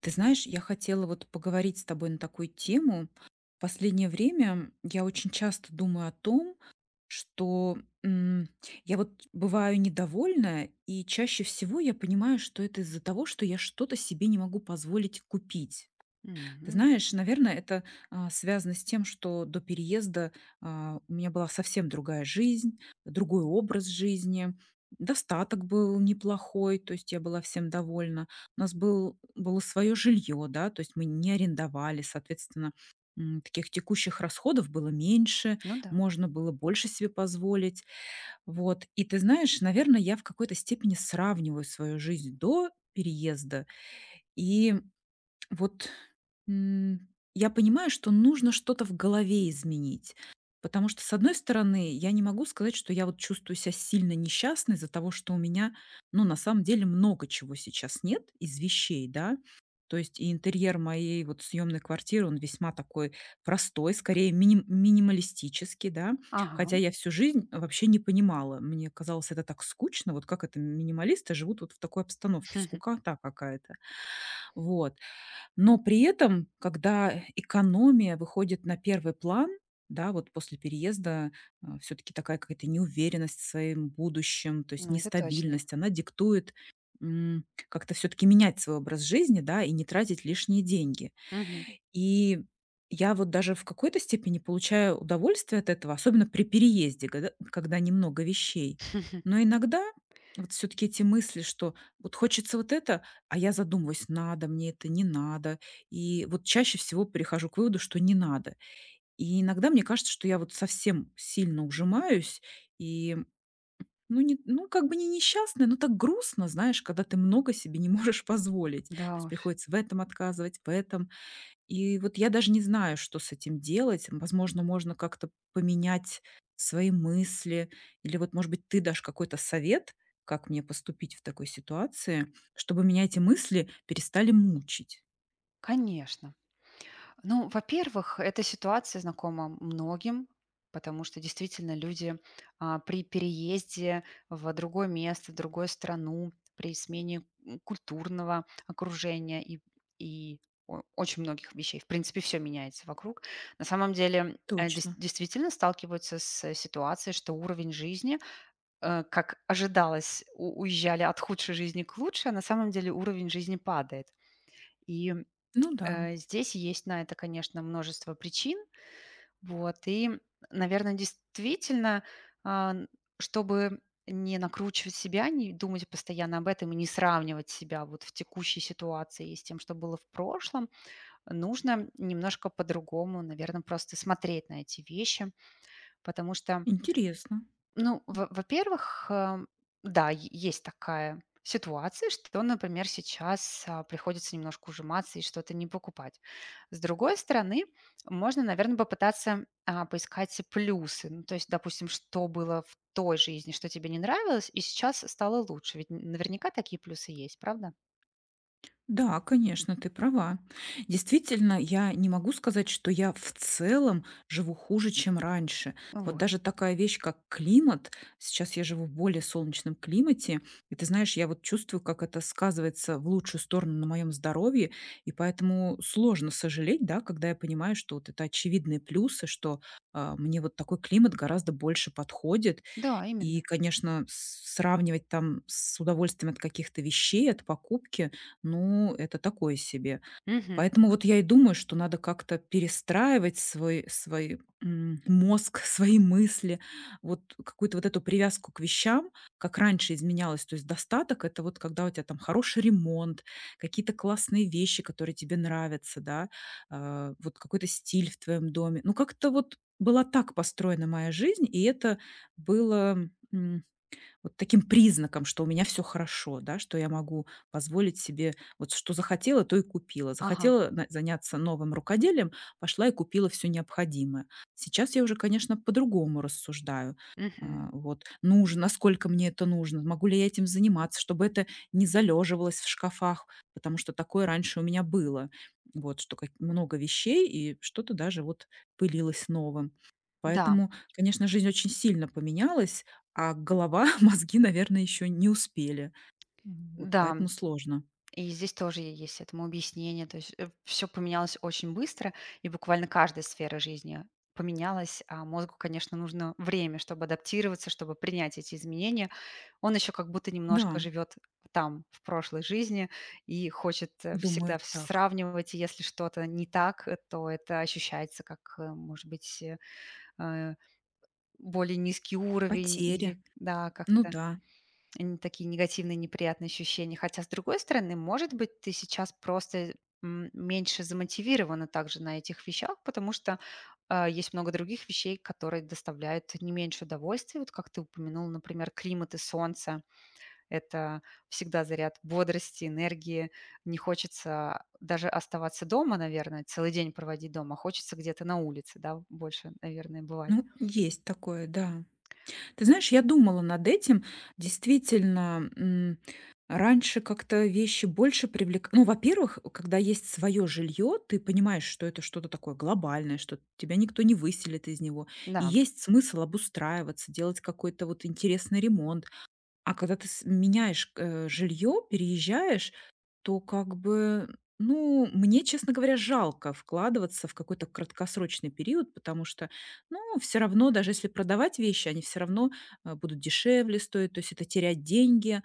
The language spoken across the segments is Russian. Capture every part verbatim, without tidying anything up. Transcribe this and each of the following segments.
Ты знаешь, я хотела вот поговорить с тобой на такую тему. В последнее время я очень часто думаю о том, что м, я вот бываю недовольна, и чаще всего я понимаю, что это из-за того, что я что-то себе не могу позволить купить. Ты Мгм. знаешь, наверное, это, а, связано с тем, что до переезда, а, у меня была совсем другая жизнь, другой образ жизни. Достаток был неплохой, то есть я была всем довольна. У нас был было свое жилье, да, то есть мы не арендовали, соответственно, м, таких текущих расходов было меньше, Ну да. можно было больше себе позволить. Вот. И ты знаешь, наверное, я в какой-то степени сравниваю свою жизнь до переезда и вот М, я понимаю, что нужно что-то в голове изменить. Потому что, с одной стороны, я не могу сказать, что я вот чувствую себя сильно несчастной из-за того, что у меня, ну, на самом деле, много чего сейчас нет из вещей, да. То есть и интерьер моей вот съемной квартиры, он весьма такой простой, скорее миним минималистический, да. Ага. Хотя я всю жизнь вообще не понимала. Мне казалось это так скучно, вот как это минималисты живут вот в такой обстановке, скукота какая-то. Вот. Но при этом, когда экономия выходит на первый план, да, вот после переезда, все таки такая какая-то неуверенность в своем будущем, то есть Ну, это точно. нестабильность, она диктует, м, как-то все таки менять свой образ жизни, да, и не тратить лишние деньги. Мгм. И я вот даже в какой-то степени получаю удовольствие от этого, особенно при переезде, года когда немного вещей. Но иногда вот все таки эти мысли, что вот хочется вот это, а я задумываюсь: надо мне это, не надо. И вот чаще всего перехожу к выводу, что не надо. И иногда мне кажется, что я вот совсем сильно ужимаюсь и, ну, не ну, как бы не несчастная, но так грустно, знаешь, когда ты много себе не можешь позволить. Да То есть уж, приходится в этом отказывать, в этом. И вот я даже не знаю, что с этим делать. Возможно, можно как-то поменять свои мысли. Или вот, может быть, ты дашь какой-то совет, как мне поступить в такой ситуации, чтобы меня эти мысли перестали мучить. конечно. Ну, во-первых, эта ситуация знакома многим, потому что действительно люди а, при переезде в другое место, в другую страну, при смене м, культурного окружения и, и о- очень многих вещей, в принципе, все меняется вокруг, на самом деле э, дес- Точно. действительно сталкиваются с ситуацией, что уровень жизни э, как ожидалось, у уезжали от худшей жизни к лучшей, а на самом деле уровень жизни падает. И, Ну да, э, здесь есть на это, конечно, множество причин. Вот и, наверное, действительно, а, н чтобы не накручивать себя, не думать постоянно об этом и не сравнивать себя вот в текущей ситуации с тем, что было в прошлом, нужно немножко по-другому, наверное, просто смотреть на эти вещи. Потому что интересно. ну, во во-первых, эм, да, е есть такая ситуация, что, например, сейчас, а, приходится немножко ужиматься и что-то не покупать. С другой стороны, можно, наверное, попытаться, а, поискать и плюсы. Ну, то есть, допустим, что было в той жизни, что тебе не нравилось, и сейчас стало лучше. Ведь н наверняка такие плюсы есть, правда? Да, конечно, ты права. Действительно, я не могу сказать, что я в целом живу хуже, чем раньше. Вот Вот. даже такая вещь, как климат, сейчас я живу в более солнечном климате, и ты знаешь, я вот чувствую, как это сказывается в лучшую сторону на моем здоровье, и поэтому сложно сожалеть, да, когда я понимаю, что вот это очевидные плюсы, что а, мне вот такой климат гораздо больше подходит, Да, и, именно. конечно, с сравнивать там с удовольствием от каких-то вещей, от покупки, ну, это такое себе. Мгм. Поэтому вот я и думаю, что надо как-то перестраивать свой свой, м, мозг, свои мысли, вот какую-то вот эту привязку к вещам, как раньше изменялось. То есть достаток- это вот когда у тебя там хороший ремонт, какие-то классные вещи, которые тебе нравятся, да, а, вот какой-то стиль в твоем доме. Ну, как-то вот была так построена моя жизнь, и это было, м, вот таким признаком, что у меня все хорошо, да, что я могу позволить себе вот что захотела, то и купила. Ага. Захотела на заняться новым рукоделием, пошла и купила все необходимое. Сейчас я уже, конечно, по-другому рассуждаю. Мгм. А, вот нужно, насколько мне это нужно, могу ли я этим заниматься, чтобы это не залеживалось в шкафах, потому что такое раньше у меня было. Вот, что как много вещей и что-то даже вот пылилось новым. Да. Поэтому, конечно, жизнь очень сильно поменялась, а голова, мозги, наверное, еще не успели. М, вот Да. поэтому сложно. И здесь тоже есть этому объяснение. То есть все поменялось очень быстро, и буквально каждая сфера жизни поменялась, а мозгу, конечно, нужно время, чтобы адаптироваться, чтобы принять эти изменения. Он еще как будто Да, немножко живет там, в прошлой жизни, и хочет э, думаю, всегда вс- так. сравнивать, и если что-то не так, э, то это ощущается как, э, может быть, э, э, более низкий уровень Потери. или, да, Ну как-то да. Н такие негативные, неприятные ощущения. Хотя, с другой стороны, может быть, ты сейчас просто, м, меньше замотивирована также на этих вещах, потому что, а, есть много других вещей, которые доставляют не меньше удовольствия. Вот как ты упомянул, например, климат и солнце - это всегда заряд бодрости, энергии. Не хочется даже оставаться дома, наверное, целый день проводить дома, а хочется где-то на улице, да, больше, наверное, бывать. Ну, есть такое, да. Ты знаешь, я думала над этим. Действительно, м, раньше как-то вещи больше привлек Ну, во-первых, когда есть свое жилье, ты понимаешь, что это что-то такое глобальное, что тебя никто не выселит из него. И Да. есть смысл обустраиваться, делать какой-то вот интересный ремонт. А когда ты с меняешь, э, жилье, переезжаешь, то как бы, ну, мне, честно говоря, жалко вкладываться в какой-то краткосрочный период, потому что, ну, все равно, даже если продавать вещи, они все равно, э, будут дешевле стоить, то есть это терять деньги.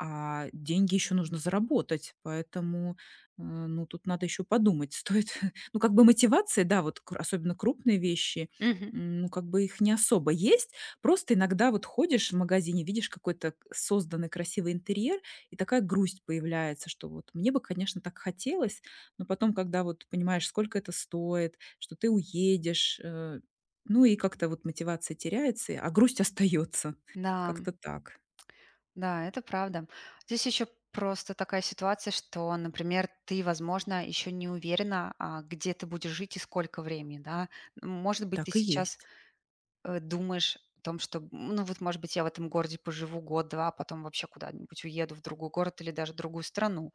А деньги еще нужно заработать, поэтому, э, ну, тут надо еще подумать, стоит Ну, как бы мотивация, да, вот кр особенно крупные вещи, Мгм. м, ну, как бы их не особо есть. Просто иногда вот ходишь в магазине, видишь какой-то к созданный красивый интерьер, и такая грусть появляется, что вот мне бы, конечно, так хотелось, но потом, когда вот понимаешь, сколько это стоит, что ты уедешь, э, ну, и как-то вот мотивация теряется, а грусть остается. Да. Как-то так. Да, это правда. Здесь еще просто такая ситуация, что, например, ты, возможно, еще не уверена, а, где ты будешь жить и сколько времени, да. Может быть, ты Так и сейчас есть. э, думаешь о том, что, м, ну вот, может быть, я в этом городе поживу год-два, а потом вообще куда-нибудь уеду в другой город или даже в другую страну.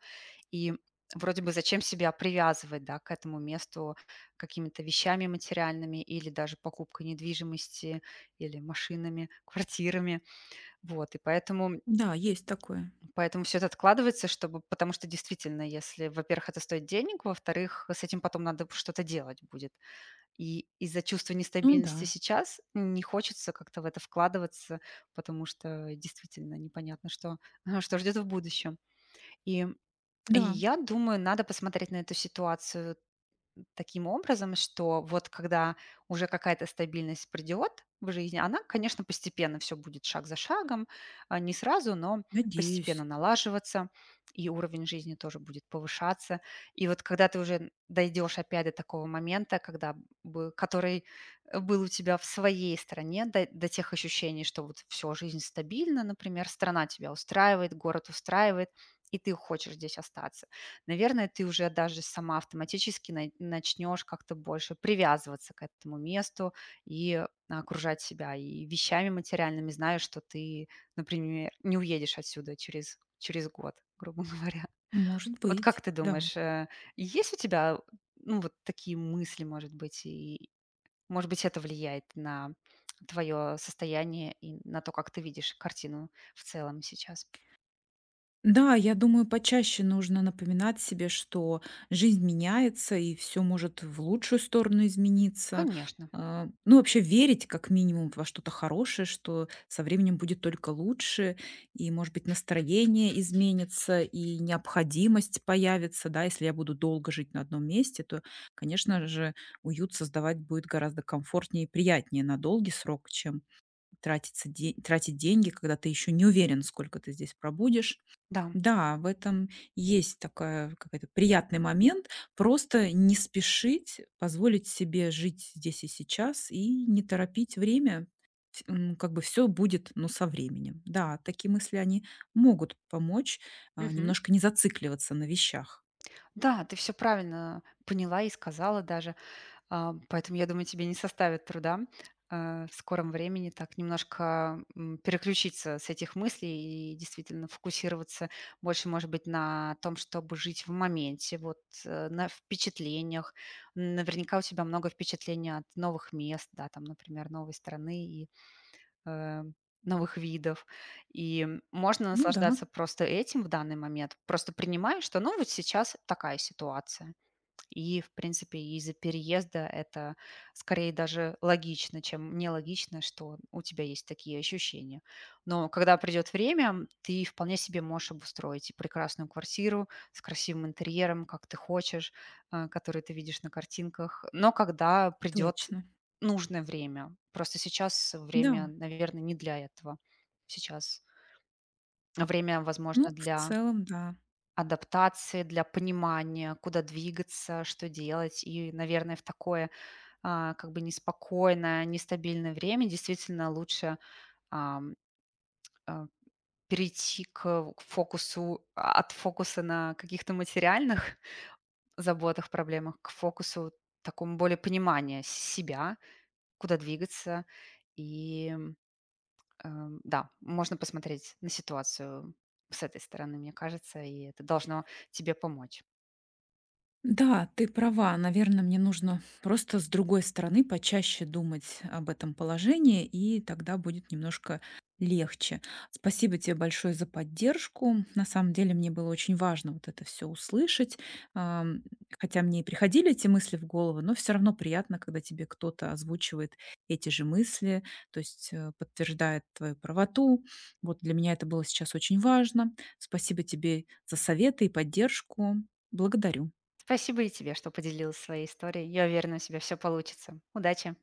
И вроде бы зачем себя привязывать, да, к этому месту какими-то вещами материальными или даже покупкой недвижимости или машинами, квартирами. Вот, и поэтому Да, есть такое. поэтому все это откладывается, чтобы потому что действительно, если, во-первых, это стоит денег, во-вторых, с этим потом надо что-то делать будет. И из-за чувства Ну да, нестабильности сейчас не хочется как-то в это вкладываться, потому что действительно непонятно, что что ждет в будущем. И и да, я думаю, надо посмотреть на эту ситуацию таким образом, что вот когда уже какая-то стабильность придет в жизни, она, конечно, постепенно все будет шаг за шагом, а, не сразу, но надеюсь, постепенно налаживаться, и уровень жизни тоже будет повышаться. И вот когда ты уже дойдешь опять до такого момента, когда бы, который э, был у тебя в своей стране, до, до тех ощущений, что вот все, жизнь стабильна, например, страна тебя устраивает, город устраивает, и ты хочешь здесь остаться. Наверное, ты уже даже сама автоматически най начнешь как-то больше привязываться к этому месту и окружать себя и вещами материальными, зная, что ты, например, не уедешь отсюда через через год, грубо говоря. может Вот как быть, ты да. думаешь, э, есть у тебя, ну, вот такие мысли, может быть, и, может быть, это влияет на твое состояние и на то, как ты видишь картину в целом сейчас? Да, я думаю, почаще нужно напоминать себе, что жизнь меняется и все может в лучшую сторону измениться. Конечно, А, ну, вообще верить как минимум во что-то хорошее, что со временем будет только лучше, и, может быть, настроение изменится, и необходимость появится, да. Если я буду долго жить на одном месте, то, конечно же, уют создавать будет гораздо комфортнее и приятнее на долгий срок, чем тратиться де тратить деньги, когда ты еще не уверен, сколько ты здесь пробудешь. да. Да, в этом есть такая какая-то приятный момент. Просто не спешить, позволить себе жить здесь и сейчас и не торопить время. Вс- м, Как бы все будет, но со временем. Да, такие мысли, они могут помочь а, Мгм. немножко не зацикливаться на вещах. Да, ты все правильно поняла и сказала даже, а, поэтому, я думаю, тебе не составит труда, а, в скором времени так немножко, м, переключиться с этих мыслей и действительно фокусироваться больше, может быть, на том, чтобы жить в моменте, вот, э, на впечатлениях. Наверняка у тебя много впечатлений от новых мест, да, там, например, новой страны, и э, новых видов. И можно Ну да, наслаждаться просто этим в данный момент, просто принимая, что ну вот сейчас такая ситуация. И, в принципе, из-за переезда это скорее даже логично, чем нелогично, что у тебя есть такие ощущения. Но когда придет время, ты вполне себе можешь обустроить и прекрасную квартиру с красивым интерьером, как ты хочешь, а, который ты видишь на картинках. Но когда придет точно. нужное время. Просто сейчас время, Да, наверное, не для этого. Сейчас время, возможно, ну в для целом, да. адаптации, для понимания, куда двигаться, что делать. И, наверное, в такое, а, как бы неспокойное, нестабильное время действительно лучше, ам, а, перейти к фокусу а, от фокуса на каких-то материальных заботах, проблемах к фокусу такому более понимания себя, куда двигаться. И, эм, да, можно посмотреть на ситуацию с этой стороны, мне кажется, и это должно тебе помочь. Да, ты права. Наверное, мне нужно просто с другой стороны почаще думать об этом положении, и тогда будет немножко легче. Спасибо тебе большое за поддержку. На самом деле мне было очень важно вот это все услышать. Ам, Хотя мне и приходили эти мысли в голову, но все равно приятно, когда тебе кто-то озвучивает эти же мысли, то есть э, подтверждает твою правоту. Вот для меня это было сейчас очень важно. Спасибо тебе за советы и поддержку. Благодарю. Спасибо и тебе, что поделилась своей историей. Я уверена, у тебя все получится. Удачи!